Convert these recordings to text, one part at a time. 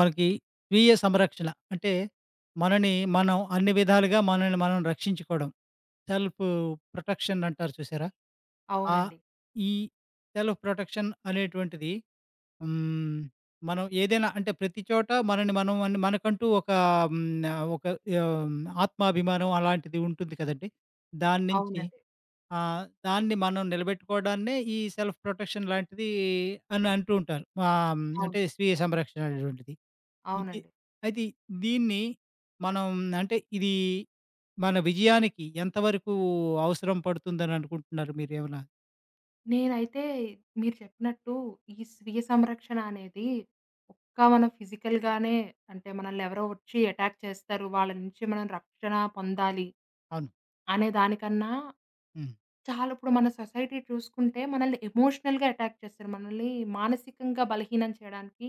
మనకి స్వీయ సంరక్షణ. అంటే మనని మనం అన్ని విధాలుగా మనల్ని మనం రక్షించుకోవడం. సెల్ఫ్ ప్రొటెక్షన్ అంటారు చూసారా? ఆహ్, అవునండి. ఈ సెల్ఫ్ ప్రొటెక్షన్ అనేటువంటిది హ్మ్. మనం ఏదైనా అంటే ప్రతి చోట మనని మనం మనకంటూ ఒక హ్మ్. ఒక ఆహ్, ఆత్మాభిమానం అలాంటిది ఉంటుంది కదండీ! దాని నుంచి అవునండి. ఆ! దాన్ని మనం నిలబెట్టుకోవడాన్నే ఈ సెల్ఫ్ ప్రొటెక్షన్ లాంటిది అని అంటూ ఉంటారు. అవును. అంటే స్వీయ సంరక్షణ అనేటువంటిది. ఇది అవునండి. అయితే దీన్ని మనం అంటే ఇది మన విజయానికి ఎంతవరకు అవసరం పడుతుందని అనుకుంటున్నారు మీరేమన్నా? నేనైతే మీరు చెప్పినట్టు ఈ స్వీయ సంరక్షణ అనేది ఒక్క మన ఫిజికల్‌గానే అంటే మనల్ని ఎవరో వచ్చి అటాక్ చేస్తారు. వాళ్ళ నుంచి మనం రక్షణ పొందాలి అవును. అనే దానికన్నా హ్మ్. చాలా ఇప్పుడు మన సొసైటీ చూసుకుంటే మనల్ని ఎమోషనల్‌గా అటాక్ చేస్తారు. మనల్ని మానసికంగా బలహీనం చేయడానికి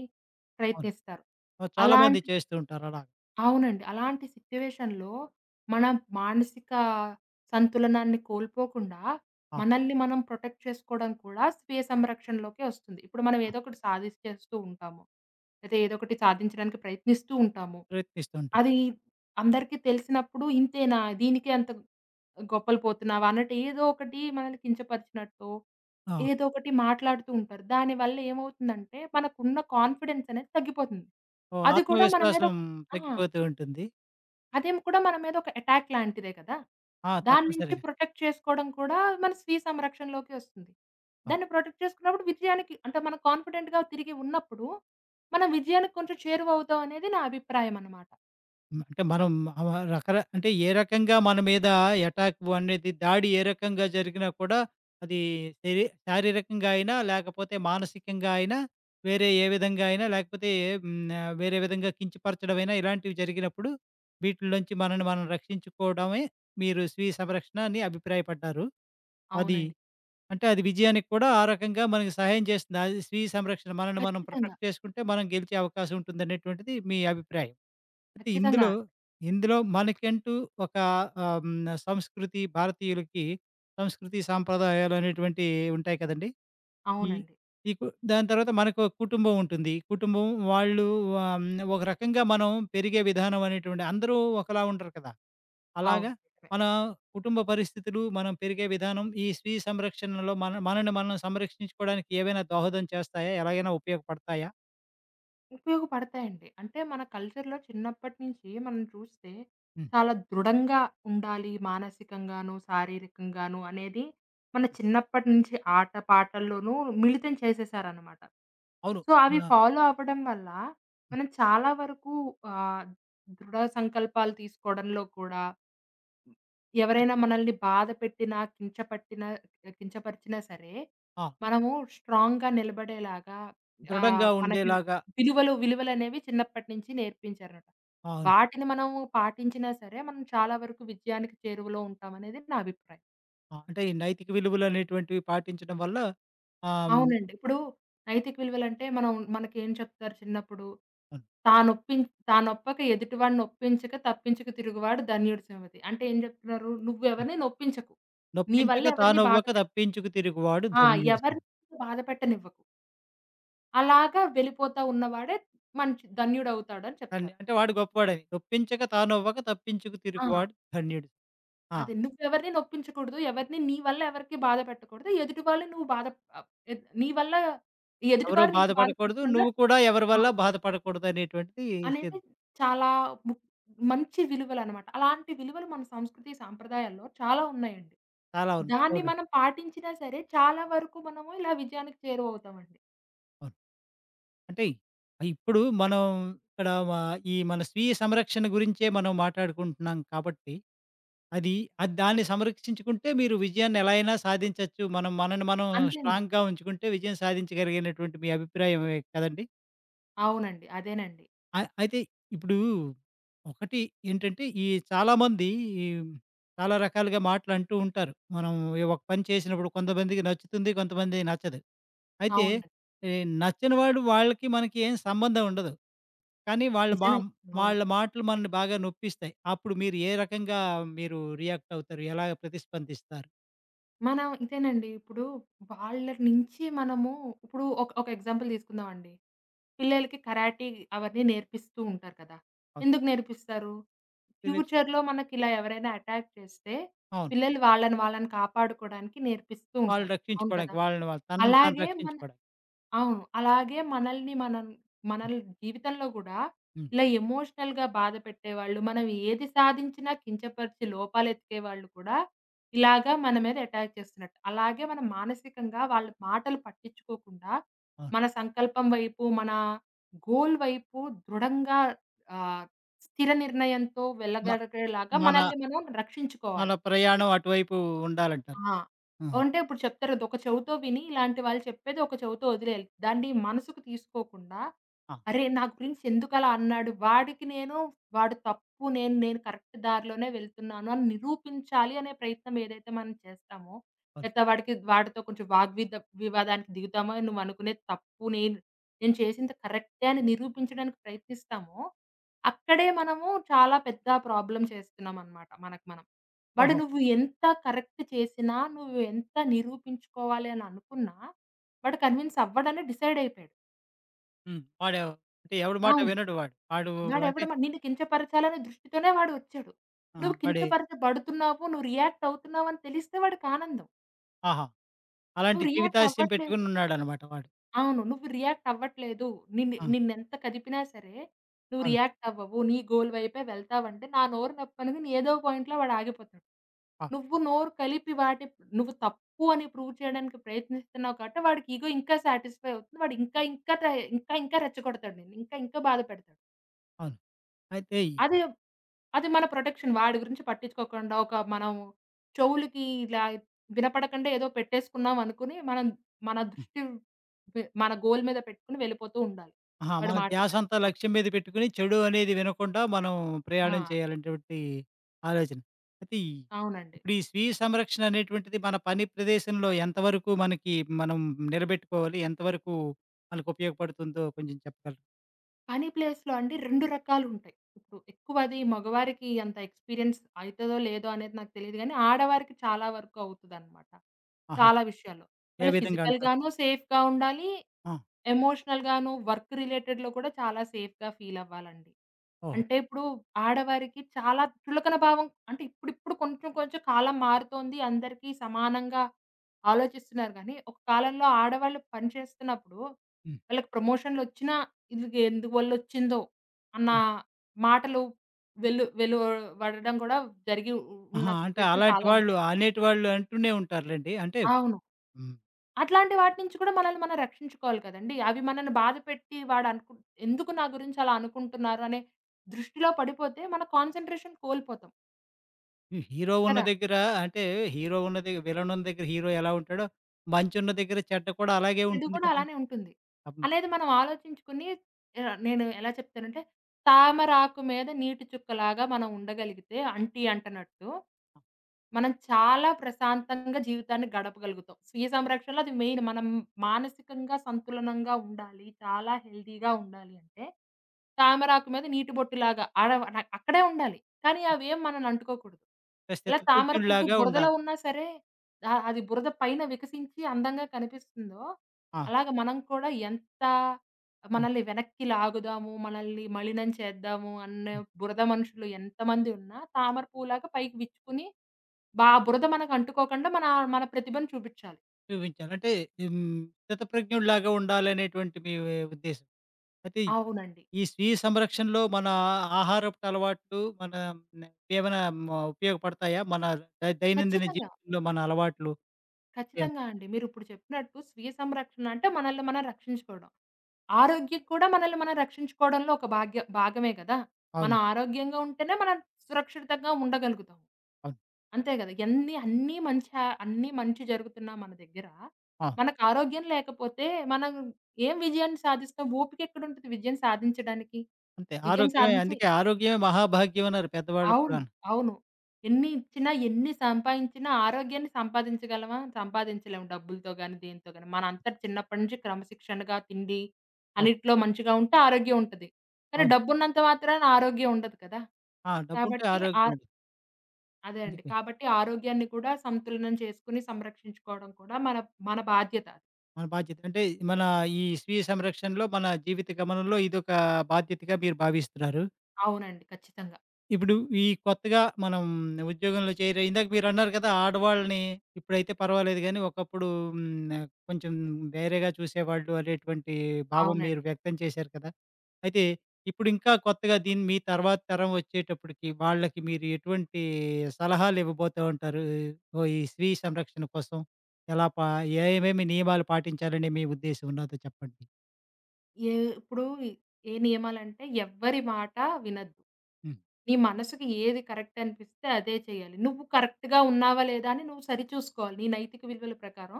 అవును. ప్రయత్నిస్తారు. చాలామంది అలాంటిది చేస్తూ ఉంటారు అలాగా. అవునండి. అలాంటి సిట్యుయేషన్‌లో మన మానసిక సంతులనాన్ని కోల్పోకుండా, ఆ! మనల్ని మనం ప్రొటెక్ట్ చేసుకోవడం కూడా స్వీయ సంరక్షణలోకే వస్తుంది. ఇప్పుడు మనం ఆ! ఏదో ఒకటి సాధించేస్తూ ఉంటాము. లేదా ఏదో ఒకటి సాధించడానికి ప్రయత్నిస్తూ ఉంటాము. ప్రయత్నిస్తూ ఉంటారు. అది అందరికీ తెలిసినప్పుడు ఇంతేనా? దీనికే అంత గొప్పలు పోతున్నావా? అన్నట్టు ఏదో ఒకటి మనల్ని కించపరిచినట్టో, ఆ! ఏదో ఒకటి మాట్లాడుతూ ఉంటారు. దానివల్ల ఏమవుతుందంటే మనకున్న కాన్ఫిడెన్స్ అనేది తగ్గిపోతుంది. ఓహ్! అది కూడా మన మీద ఆత్మవిశ్వాసం ఒక ఆ! తగ్గిపోతూ ఉంటుంది. అదేం కూడా మన మీద ఒక అటాక్ లాంటిదే కదా! ఆ! దాని నుంచి తప్పనిసరిగా. ఆ! ప్రొటెక్ట్ చేసుకోవడం కూడా మన స్వీయ సంరక్షణలోకే వస్తుంది. దాన్ని ప్రొటెక్ట్ చేసుకున్నప్పుడు విజయానికి అంటే మనం కాన్ఫిడెంట్‌గా తిరిగి ఉన్నప్పుడు, మనం విజయానికి కొంచెం చేరువవుతాం అనేది నా అభిప్రాయం అన్నమాట. హ్మ్. అంటే మనం ఆవ రకర అంటే ఏ రకంగా మన మీద ఎటాక్ అనేది దాడి ఏ రకంగా జరిగినా కూడా అది శరీ శారీరకంగా అయినా, లేకపోతే మానసికంగా అయినా, వేరే ఏ విధంగా అయినా, లేకపోతే హ్మ్. వేరే విధంగా కించపరచడమైనా ఇలాంటివి జరిగినప్పుడు వీటిల్లోంచి మనల్ని మనం రక్షించుకోవడమే మీరు స్వీయ సంరక్షణ అని అభిప్రాయపడ్డారు. అది అవునండి. అంటే అది విజయానికి కూడా ఆ రకంగా మనకి సహాయం చేస్తుంది. అది స్వీయ సంరక్షణ. మనల్ని మనం ఖచ్చితంగా. ప్రొటెక్ట్ చేసుకుంటే మనం గెలిచే అవకాశం ఉంటుందనేటువంటిది మీ అభిప్రాయం. అయితే ఖచ్చితంగా. ఇందులో, ఇందులో మనకంటూ ఒక ఆహ్, హ్మ్. సంస్కృతి భారతీయులకి సంస్కృతి సాంప్రదాయాలు అనేటువంటివి ఉంటాయి కదండీ! ఈ అవునండి. ఈ కు దాని తర్వాత మనకు కుటుంబం ఉంటుంది. కుటుంబం వాళ్ళు ఆహ్, హ్మ్. ఒక రకంగా మనం పెరిగే విధానం అనేటువంటి అందరూ ఒకలా ఉండరు కదా! అలాగా అవును. మన కుటుంబ పరిస్థితులు, మనం పెరిగే విధానం, ఈ స్వీయ సంరక్షణలో మనల్ని మనం సంరక్షించుకోవడానికి ఏవైనా దోహదం చేస్తాయా? ఎలాగైనా ఉపయోగపడతాయా? ఉపయోగపడతాయండి. అంటే మన కల్చర్‌లో చిన్నప్పటి నుంచి మనం చూస్తే హ్మ్. చాలా దృఢంగా ఉండాలి మానసికంగాను, శారీరకంగాను అనేది మన చిన్నప్పటి నుంచి ఆట పాటల్లోనూ మిళితం చేసేసారనమాట. అవును. సో, అవి మన ఫాలో అవ్వడం వల్ల మనం చాలా వరకు ఆహ్, దృఢ సంకల్పాలు తీసుకోవడంలో కూడా హ్మ్. ఎవరైనా మనల్ని బాధ పెట్టినా, కించపరిచినా సరే, ఆ! మనము స్ట్రాంగ్‌గా నిలబడేలాగా దృఢంగా మనకి ఉండేలాగా విలువలు, విలువలనేవి చిన్నప్పటి నుంచి నేర్పించారనమాట. అవును. వాటిని మనము పాటించినా సరే, మనం చాలా వరకు విజయానికి చేరువలో ఉంటామనేది నా అభిప్రాయం. ఆ! అంటే ఈ నైతిక విలువలనేటువంటివి పాటించడం వల్ల ఆహ్, హ్మ్. అవునండి. ఇప్పుడు నైతిక విలువలంటే మనం మనకేం చెప్తారు చిన్నప్పుడు? అవును. తానొప్పిం తానొప్పక ఎదుటివాడిని ఒప్పించక తప్పించక తిరుగువాడు ధన్యుడు సుమతి. అంటే ఏం చెప్తున్నారు? హ్మ్. నువ్వెవరిని నొప్పించకు. నీ వల్ల నొప్పించక ఎవరిని బాధ తానొవ్వక తప్పించుకు తిరుగువాడు ఆ! ధన్యుడు ఎవరిని సుమా. బాధపెట్టనివ్వకు. అలాగా వెళ్ళిపోతా ఉన్నవాడే మంచి ధన్యుడవుతాడని ధన్య చెప్తారు. అంటే వాడు గొప్పవాడని. నొప్పించక తానొవ్వక తప్పించుకు ఆ! తిరుగువాడు ధన్యుడు. ఆ! అదే నువ్వెవరిని నొప్పించకూడదు. ఎవరిని నీ వల్ల ఎవరికీ బాధ పెట్టకూడదు. ఎదుటి వాళ్ళు నువ్వు బాధ ఆహ్, ఎద్ నీ వల్ల ఎవరు ఎదుటివారు నిన్ను బాధపడకూడదు. బాధపడకుండా నువ్వు కూడా ఎవరి ఆ! వల్ల బాధపడకూడదు అనేటువంటిది అనేది సిద్ చాలా ము మంచి విలువలనమాట. అలాంటి విలువలు మన సంస్కృతి, సాంప్రదాయాల్లో చాలా ఉన్నాయండి. చాలా ఉన్నాయి. దాన్ని అవునండి. మనం పాటించినా సరే చాలా వరకు మనము ఇలా విజయానికి చేరువవుతామండి. అవును. అంటే ఇప్పుడు మనం ఇక్కడ ఈ మన స్వీయ సంరక్షణ గురించే మనం మాట్లాడుకుంటున్నాం కాబట్టి అది అది దాన్ని సంరక్షించుకుంటే మీరు విజయాన్ని ఎలా అయినా సాధించొచ్చు. మనం మనని మనం అంతే అండి. స్ట్రాంగ్‌గా ఉంచుకుంటే విజయం సాధించగలిగినటువంటి మీ అభిప్రాయమే కదండీ! అవునండి. అదేనండి. అయితే ఇప్పుడు ఒకటి ఏంటంటే ఈ చాలామంది చాలా రకాలుగా మాటలంటూ ఉంటారు. మనం ఏ ఒక పని చేసినప్పుడు కొంతమందికి నచ్చుతుంది. కొంతమందికి నచ్చదు. అయితే అవును. ఈ నచ్చని వాడు వాళ్ళకి మనకి ఏం సంబంధం ఉండదు. కానీ నిజమే. అవును. వాళ్ళ మాటలు మనల్ని బాగా నొప్పిస్తాయి. అప్పుడు మీరు ఏ రకంగా మీరు రియాక్ట్ అవుతారు? ఎలా ప్రతిస్పందిస్తారు? మనం ఇదేనండి. ఇప్పుడు వాళ్ళ నుంచి మనము ఇప్పుడు ఒక ఒక ఎగ్జాంపుల్ తీసుకుందామండి. పిల్లలకి కరాటీ అవన్నీ నేర్పిస్తూ ఉంటారు కదా! ఎందుకు నేర్పిస్తారు? వెబ్‌సైట్. ఫ్యూచర్‌లో మనకి ఇలా ఎవరైనా అటాక్ చేస్తే, అవును. పిల్లలు వాళ్ళని వాళ్ళని కాపాడుకోవడానికి నేర్పిస్తూ వాళ్ళు ఉంటారు. అవును కదా! రక్షించుకోవడానికి వాళ్ళని వాళ్ళు తనని తాను అలాగే మన రక్షించుకోవడానికి. అవును. అలాగే మనల్ని మనం మన హ్మ్. జీవితంలో గూడా హ్మ్. ఇలా ఎమోషనల్‌గా బాధపెట్టేవాళ్ళు, మనం ఏది సాధించినా కించపరిచి లోపాలెతికే వాళ్ళు కూడా ఇలాగా మన మీద అటాక్ చేస్తున్నట్టు. అలాగే మనం మానసికంగా వాళ్ళ మాటలు పట్టించుకోకుండా, అవును. మన సంకల్పం వైపు, మన గోల్ వైపు దృఢంగా ఆహ్, స్థిర నిర్ణయంతో మ వెళ్ళగలిగేలాగా మన మనల్ని మనం మన రక్షించుకోవాలి. ప్రయాణం అటువైపు ఉండాలంటారు. ఆ! ఆహా! అంటే ఇప్పుడు చెప్తారు కదా! ఒక చెవితో విని ఇలాంటి వాళ్ళు చెప్పేది ఒక చెవితో వదిలేయాలి. దాన్ని మనసుకు తీసుకోకుండా, ఆ! అరే! నా గురించి ఎందుకలా అన్నాడు? వాడికి నేను వాడు తప్పు, నేను నేను కరెక్ట్ దారిలోనే వెళ్తున్నాను అని నిరూపించాలి అనే ప్రయత్నం ఏదైతే మనం చేస్తామో, అవును. వాడికి వాడితో కొంచెం వివాదానికి దిగుతామో, నువ్వు అనుకునేది తప్పు. నేను నేను చేసింది కరెక్టే అని నిరూపించడానికి ప్రయత్నిస్తామో, అక్కడే మనము చాలా పెద్ద ప్రాబ్లమ్ చేస్తున్నామనమాట మనకు మనం. వాడు ఓహో! నువ్వు ఎంత కరెక్ట్ చేసినా, నువ్వు ఎంత నిరూపించుకోవాలి అని అనుకున్నా, వాడు కన్విన్స్ అవ్వడని డిసైడ్ అయిపోయాడు. హ్మ్. వాడు అంటే ఎవడి మాట అవును. వినడు వాడు. వాడు అంటే వాడెవడు మ నిన్ను కించపరచాలనే దృష్టితోనే వాడు వచ్చాడు. ఆ! నువ్వు వాడి కించపరచబడుతున్నావు, నువ్వు రియాక్ట్ అవుతున్నావు అని తెలిస్తే వాడికానందం. ఆహా! అలాంటి నువ్వు రియాక్ట్ జీవితాశయం అవ్వట్లేదు. పెట్టుకుని ఉన్నాడనమాట వాడు. అవును. నువ్వు రియాక్ట్ అవ్వట్లేదు. నిన్ను ఆ! నిన్నెంత కదిపినా సరే, నువ్వు అవును. రియాక్ట్ అవ్వవు. నీ గోల్ వైపే వెళ్తావంటే, నా నోరు నొప్పనుకుని ఏదో పాయింట్‌లో వాడు ఆగిపోతాడు. ఆ! నువ్వు నోరు కలిపి వాటి నువ్వు తప్పు అని ప్రూవ్ చేయడానికి ప్రయత్నిస్తున్నావు కాబట్టి, వాడికి ఇగో ఇంకా సాటిస్ఫై అవుతుంది. వాడు ఇంకా ఇంకా ట్రై ఇంకా ఇంకా రెచ్చగొడతాడు నిన్ను. ఇంకా ఇంకా బాధ పెడతాడు. అవును. అయితే ఈ అదే అది మన ప్రొటెక్షన్. వాడి గురించి పట్టించుకోకుండా ఒక మనం చెవులకి ఇలా వినపడకుండా ఏదో పెట్టేసుకున్నాం అనుకుని, మనం మన దృష్టి వె మన గోల్ మీద పెట్టుకొని వెళ్ళిపోతూ ఉండాలి. ఆహా! వాడి మన మాటలు ధ్యాసంతా పట్టించుకోకుండా. లక్ష్యం మీద పెట్టుకొని, చెడు అనేది వినకుండా మనం ఆ! ప్రయాణం చేయాలనేటువంటి ఆలోచన. అయితే ఈ అవునండి. ఇప్పుడు ఈ స్వీయ సంరక్షణ అనేటువంటిది మన పని ప్రదేశంలో ఎంతవరకు మనకి మనం నిలబెట్టుకోవాలి? ఎంతవరకు మనకు ఉపయోగపడుతుందో కొంచెం చెప్పగలరా? పని ప్లేస్‌లో అండి 2 రకాలుంటాయి. ఇప్పుడు ఎక్కువది మగవారికి అంత ఎక్స్‌పీరియన్స్ అయితదో లేదో అనేది నాకు తెలీదు గానీ, ఆడవారికి చాలా వరకు అవుతదనమాట. ఆహా! చాలా విషయాల్లో. ఏ వాళ్ళు విధంగా అంటారు? ఫిజికల్‌గాను సేఫ్‌గా ఉండాలి, ఆ! ఎమోషనల్‌గాను, వర్క్ రిలేటెడ్‌లో కూడా చాలా సేఫ్‌గా ఫీలవ్వాలండి. ఓహో! అంటే ఇప్పుడు ఆడవారికి చాలా చులకన భావం అంటే ఇప్పుడిప్పుడు కొంచెం కొంచెం కాలం మారుతోంది. అందరికీ సమానంగా ఆలోచిస్తున్నారు గానీ, ఒక కాలంలో ఆడవాళ్ళు పని చేస్తున్నప్పుడు హ్మ్. వాళ్ళకి ప్రమోషన్‌లొచ్చినా ఇది ఎందువల్లొచ్చిందో అన్న హ్మ్. మాటలు వెలువడడం కూడా జరిగి ఉన్న ఆహా! అంటే సిట్యుయేషన్ అలాంటి చాలా వాళ్ళు ఉంటాయి. అనేటి వాళ్ళు అంటూనే ఉంటారులెండి. అంటే అవును. హ్మ్. అట్లాంటి వాటి నుంచి కూడా మనల్ని మనం రక్షించుకోవాలి కదండీ! అవి మనల్ని బాధపెట్టి ఎందుకు నా గురించి అలా అనుకుంటున్నారు అనే దృష్టిలో పడిపోతే మన కాన్సంట్రేషన్ కోల్పోతాం ఈ హీరో ఉన్న కదా! దగ్గర అంటే హీరో ఉన్న దగ్గర విలన్ ఉన్న దగ్గర హీరో ఎలా ఉంటాడో, మంచి ఉన్న దగ్గర చెడ్డ కూడా అలాగే చెడు ఉంటుంది కూడా కదండీ! అలానే ఉంటుంది. అం అనేది మనం ఆలోచించుకుని నేను ఎలా చెప్తానంటే తామరాకు మీద నీటి చుక్కలాగా మనం ఉండగలిగితే అంటీ అంటనట్టు మనం చాలా ప్రశాంతంగా జీవితాన్ని గడపగలుగుతాం. స్వీయ సంరక్షణలో అది మెయిన్. మనం మానసికంగా సంతులనంగా ఉండాలి. చాలా హెల్తీగా ఉండాలి అంటే, తామరాకు మీద నీటి బొట్టులాగా ఆడ న అక్కడే ఉండాలి. కానీ అవేం మనల్ని అంటుకోకూడదు. ఒక ఎలా తామర పువ్వు స్థితప్రజ్ఞుడిలాగా బురదలో ఉండాలి. ఉన్నా సరే, అది బురద పైన వికసించి అందంగా కనిపిస్తుందో, ఆ! అలాగ మనం కూడా ఎంత హ్మ్. మనల్ని వెనక్కి లాగుదాము, మనల్ని మలినం చేద్దాము అన్న హ్మ్. బురద మనుషులు ఎంతమంది ఉన్నా తామర పువ్వులాగా పైకి విచ్చుకుని ఆ బురద మనకు అంటుకోకుండా మన మన ప్రతిభను చూపిచ్చాలి. చూపించాలి. అంటే హ్మ్, స్థితప్రజ్ఞుడిలాగా ఉండాలనేటువంటి మీ ఉద్దేశం. అయితే అవునండి. ఈ స్వీయ సంరక్షణలో మన ఆహారపు అలవాట్లు మన న- ఏమైనా ఉపయోగపడతాయా? మన దైనందిన ఖచ్చితంగా. జీవితంలో మన అలవాట్లు? ఏ ఖచ్చితంగా అండి. మీరిప్పుడు చెప్పినట్టు స్వీయ సంరక్షణ అంటే మనల్ని మనం రక్షించుకోవడం. ఆరోగ్యం కూడా మనల్ని మనం రక్షించుకోవడంలో ఒక భాగమే గదా! మనం అవును. ఆరోగ్యంగా ఉంటేనే మనం సురక్షితంగా ఉండగలుగుతాం. అవును. అంతే గదా! ఎన్ని అన్నీ మంచి ఆ అన్నీ మంచి జరుగుతున్నా మన దగ్గర ఆ! మనకు ఆరోగ్యం లేకపోతే మనం ఏం విజయాన్ని సాధిస్తాం? ఓపిక ఎక్కడుంటది విజయం సాధించడానికి? అంతే. విజయం ఆరోగ్యమే సాధించి అందుకే ఆరోగ్యమే మహాభాగ్యం అన్నారు పెద్దవాళ్ళు అవును. కూడాను. అవును. ఎన్ని ఇచ్చినా, ఎన్ని సంపాయించినా ఆరోగ్యాన్ని సంపాదించగలమా? సంపాదించలేము డబ్బులతో గాని, దేనితో గాని. మనంతట చిన్నప్పటి నుంచి క్రమశిక్షణగా తిండి, అవును. అన్నిట్లో మంచిగా ఉంటే ఆరోగ్యం ఉంటది. కానీ అవును. డబ్బున్నంత మాత్రాన ఆరోగ్యం ఉండదు కదా! ఆ! డబ్బుంటే కాబట్టి ఆరోగ్యం. ఆహ్, ఉంది. అదే అండి. అందుకే. కాబట్టి ఆరోగ్యాన్ని కూడా సంతులనం చేసుకొని, సంరక్షించుకోవడం కూడా మన మన బాధ్యత. మన బాధ్యత. అంటే మన ఈ స్వీయ సంరక్షణలో, మన జీవిత గమనంలో ఇదొక బాధ్యతగా మీరు భావిస్తున్నారు. అవునండి. ఖచ్చితంగా. ఇప్పుడు ఈ కొత్తగా మనం ఉద్యోగంలో చేరే ఇందాక మీరన్నారు కదా! ఆడవాళ్ళని ఇప్పుడైతే పర్వాలేదు గానీ, ఒకప్పుడు హ్మ్. కొంచెం వేరేగా చూసేవాళ్ళు అనేటువంటి భావం మీరు అవునండి. వ్యక్తం చేశారు కదా! అయితే ఇప్పుడు ఇంకా కొత్తగా దీన్ని మీ తర్వాత తరం వచ్చేటప్పటికి వాళ్ళకి మీరు ఎటువంటి సలహాలివ్వబోతూ ఉంటారు? ఓ ఈ స్త్రీ సంరక్షణ కోసం ఎలా పా ఏమేమి నియమాలు పాటించాలని మీ ఉద్దేశం ఉన్నదో చెప్పండి? ఏ ఇప్పుడు ఏ నియమాలంటే ఎవ్వరి మాట వినొద్దు. హ్మ్. నీ మనసుకి ఏది కరెక్ట్ అనిపిస్తే అదే చేయాలి. నువ్వు కరెక్ట్‌గా ఉన్నావా లేదా అని నువ్వు సరిచూసుకోవాలి. నీ నైతిక విలువల ప్రకారం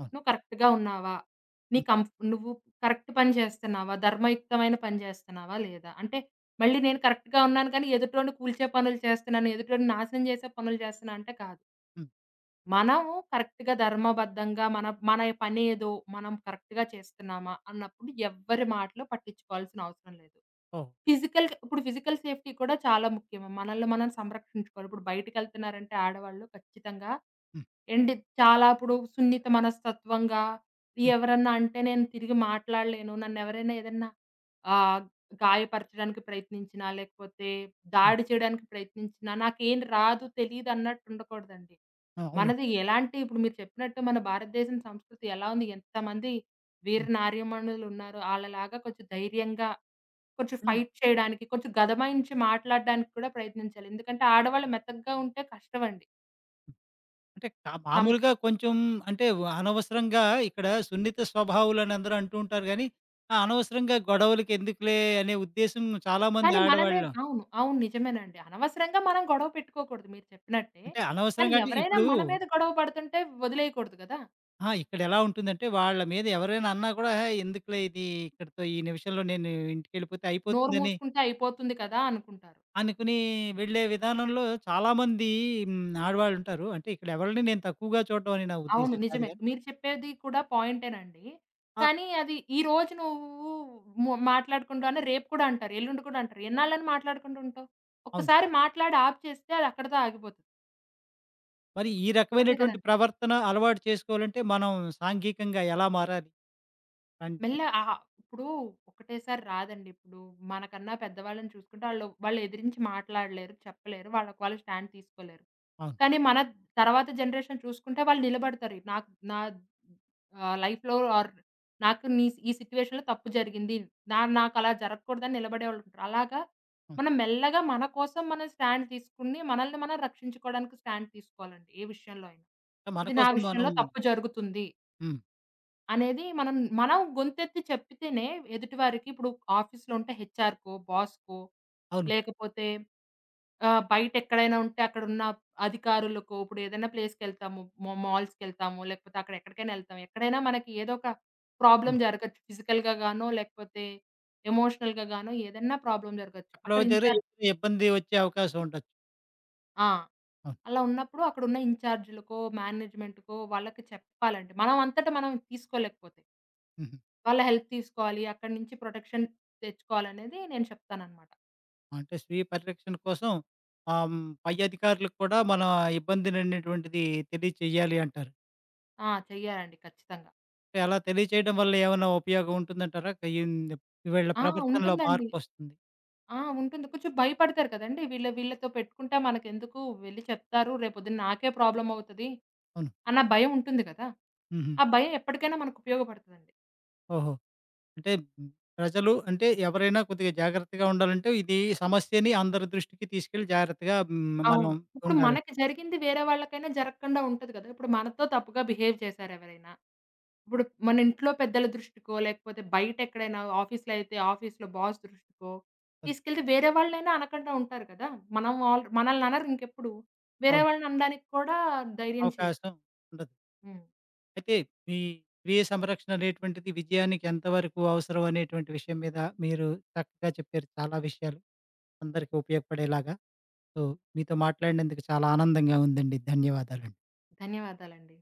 అవును. నువ్వు కరెక్ట్‌గా ఉన్నావా? నీ హ్మ్. కంఫ్ నువ్వు కరెక్ట్ పని చేస్తున్నావా? ధర్మయుక్తమైన పని చేస్తున్నావా లేదా? అంటే మళ్ళీ నేను కరెక్ట్‌గా ఉన్నాను కానీ ఎదుటోడిని కూల్చే పనులు చేస్తున్నాను, ఎదుటోడిని నాశనం చేసే పనులు చేస్తున్నా అంటే కాదు. హ్మ్. మనము కరెక్ట్‌గా ధర్మబద్ధంగా మన మన పనేదో మనం కరెక్ట్‌గా చేస్తున్నామా అన్నప్పుడు ఎవ్వరి మాటలు పట్టించుకోవాల్సిన అవసరం లేదు. ఓహ్! ఇప్పుడు ఫిజికల్ సేఫ్టీ కూడా చాలా ముఖ్యం. మనల్ని మనం సంరక్షించుకోవాలి. ఇప్పుడు బయటికెళ్తున్నారంటే ఆడవాళ్ళు ఖచ్చితంగా హ్మ్. ఎండి చాలా ఇప్పుడు సున్నిత మనస్తత్వంగా, "ఇది హ్మ్. ఎవరన్నా అంటే నేను తిరిగి మాట్లాడలేను. నన్నెవరైనా ఏదన్నా ఆహ్, గాయపరచడానికి ప్రయత్నించినా, లేకపోతే హ్మ్. దాడి చేయడానికి ప్రయత్నించినా నాకేం రాదు తెలీదన్నట్టు ఉండకూడదండి. ఆ! అవునండి. మనది ఎలాంటి ఇప్పుడు మీరు చెప్పినట్టు మన భారతదేశం సంస్కృతి ఎలా ఉంది? ఎంతమంది వీర హ్మ్. నార్యమణులున్నారు. ఆళ్ళలాగా కొంచెం ధైర్యంగా, కొంచెం హ్మ్. ఫైట్ చేయడానికి, కొంచెం గదమాయించి మాట్లాడడానికి కూడా ప్రయత్నించాలి. ఎందుకంటే ఆడవాళ్ళు మెతకగా ఉంటే కష్టమండి. అంటే సం మామూలుగా కొంచెం అంటే అనవసరంగా ఇక్కడ సున్నిత స్వభావులని అందరూ అంటూ ఉంటారు గానీ, ఆ! అనవసరంగా గొడవలకి ఎందుకులే అనే ఉద్దేశం చాలామంది కానీ మనమే ఆడవాళ్ళు అవును. అవును. నిజమేనండి. అనవసరంగా మనం గొడవ పెట్టుకోకూడదు మీరు చెప్పినట్టే. అంటే కానీ అనవసరంగా అంటే ఎవరైనా ఇప్పుడు మన మీద గొడవ పడుతుంటే వదిలేయకూడదు కదా! ఆ! ఇక్కడెలా ఉంటుందంటే వాళ్ళ మీద ఎవరైనా అన్నా కూడా "ఏహే! ఎందుకులే ఇది ఇక్కడితో ఈ నిమిషంలో నేను ఇంటికెళ్ళిపోతే నోరు అయిపోతుందని" మూసుకుంటే అయిపోతుంది కదా! అనుకుంటారు. అనుకుని వెళ్ళే విధానంలో చాలామంది హ్మ్. ఆడవాళ్ళుంటారు. అంటే ఇక్కడ ఎవరిని నేను తక్కువగా చూడడం అని నా అవును. ఉద్దేశం కాదు నిజమే. గానీ మీరు చెప్పేది కూడా పాయింటేనండి. ఆ! కానీ అది ఈ రోజు నువ్వు మాట్లాడుకుంటావని రేపు కూడా అంటారు. ఎల్లుండి కూడా అంటారు. ఎన్నాళ్ళని మాట్లాడుకుంటూ ఉంటావు? అవును. ఒక్కసారి మాట్లాడి ఆపు చేస్తే అది అక్కడితో ఆగిపోతది. మరి ఈ అంతే రకమైనటువంటి కదండీ! ప్రవర్తన అలవాటు చేసుకోవాలంటే మనం సాంఘికంగా ఎలా మారాలి? అంటే ఇప్పుడు ఒకటేసారి రాదండి. ఇప్పుడు మనకన్నా పెద్దవాళ్ళని చూసుకుంటే వాళ్ళు ఎదిరించి మాట్లాడలేరు, చెప్పలేరు. వాళ్ళకి వాళ్ళు స్టాండ్ తీసుకోలేరు. అవును. కానీ మన తర్వాత జనరేషన్ చూసుకుంటే వాళ్ళు నిలబడతారు. నాకు నా ఆహ్, లైఫ్‌లో ఆర్ నాకు నీ ఈ సిట్యుయేషన్‌లో తప్పు జరిగింది. నాకలా జరగకూడదని నిలబడేవాళ్ళు ఉంటారు. అలాగా అవును. మనం మెల్లగా మన కోసం మనం స్టాండ్ తీసుకుని, మనల్ని మనం రక్షించుకోవడానికి స్టాండ్ తీసుకోవాలండి. ఏ విషయంలో అయినా. మన ఇది నా కోసం మనం విషయంలో తప్పు జరుగుతుంది హ్మ్. అనేది మనం గొంతెత్తి చెప్పితేనే ఎదుటివారికి ఇప్పుడు ఆఫీస్‌లో ఉంటే హెచ్ఆర్‌కో, బాస్‌కో అవును. లేకపోతే ఆ! బయటెక్కడైనా ఉంటే అక్కడున్న అధికారులకో, ఇప్పుడేదైనా ప్లేస్‌కెళ్తాము, మా మాల్స్‌కెళ్తాము, లేకపోతే అక్కడెక్కడికైనా ఎళ్తాము. ఎక్కడైనా మనకి ఏదో ఒక ప్రాబ్లమ్ హ్మ్. జరగొచ్చు. ఫిజికల్‌గా గానో, లేకపోతే ఎమోషనల్‌గా గానో ఏదన్నా ప్రాబ్లమ్ జరగొచ్చు. ఎక్కడో అక్కడ దగ్గర ఇన్‌చార్జ్ ఏదైనా ఇబ్బంది వచ్చే అవకాశం ఉండొచ్చు. ఆ! అవును. అలా ఉన్నప్పుడు అక్కడున్న ఇన్‌చార్జ్‌లకో, మేనేజ్‌మెంట్‌కో వాళ్ళకి చెప్పాలండి. మనం అంతట మనం తీసుకోలేకపోతే. హుహు. వాళ్ళ హెల్ప్ తీసుకోవాలి. అక్కడి నుంచి ప్రొటెక్షన్ తెచ్చుకోవాలనేది నేను చెప్తాననమాట. అంటే స్వీయ పరిరక్షణ కోసం ఆహ్, హ్మ్. పై అధికారులకు కూడా మన ఇబ్బందిననేటువంటిది తెలియచేయాలి అంటారు. ఆ! చెయ్యాలండి ఖచ్చితంగా. అంటే అలా తెలియచేయడం వల్ల ఏమన్నా ఉపయోగం ఉంటుందంటారా? ఈన్ వీళ్ళ ఆ! ప్రవర్తనలో ఉంటుందండి. మార్పొస్తుంది. ఆ! ఉంటుంది. కొంచెం భయపడతారు కదండీ! వీళ్ళతో పెట్టుకుంటే మనకెందుకు వెళ్లి చెప్తారు. రేపొద్దున నాకే ప్రాబ్లమ్ అవుతది. అవును. అన్న భయం ఉంటుంది కదా! హుహు. ఆ భయం ఎప్పటికైనా మనకు ఉపయోగపడతదండి. ఓహో! అంటే హ్మ్, ప్రజలు అంటే ఎవరైనా కొద్దిగా జాగ్రత్తగా ఉండాలంటే ఇది సమస్యని అందరి దృష్టికి తీసుకెళ్ళి జాగ్రత్తగా మనం అవును. ఇప్పుడు ఉండాలండి. మనకి జరిగింది వేరే వాళ్ళకైనా జరగకుండా ఉంటది కదా! ఇప్పుడు మనతో తప్పుగా బిహేవ్ చేశారు ఎవరైనా. ఇప్పుడు మన ఇంట్లో పెద్దల దృష్టికో, లేకపోతే బయటెక్కడైనా ఆఫీస్‌లో అయితే ఆఫీస్‌లో బాస్ దృష్టికో అవును. తీసుకెళ్తే వేరే వాళ్ళనైనా అనకుండా ఉంటారు కదా! మనం ఆల్ మనల్ని అనరు ఇంకెప్పుడు. వేరే అవును. వాళ్ళని అనడానికి కూడా ధైర్యం చేయరు. అవకాశం ఉండదు. హ్మ్. అయితే మీ స్వీయ సంరక్షణ అనేటువంటిది విజయానికి ఎంతవరకు అవసరం అనేటువంటి విషయం మీద మీరు చక్కగా చెప్పారు చాలా విషయాలు. అందరికీ ఉపయోగపడేలాగా. సో మీతో మాట్లాడినందుకు చాలా ఆనందంగా ఉందండి. ధన్యవాదాలండి. ధన్యవాదాలండి.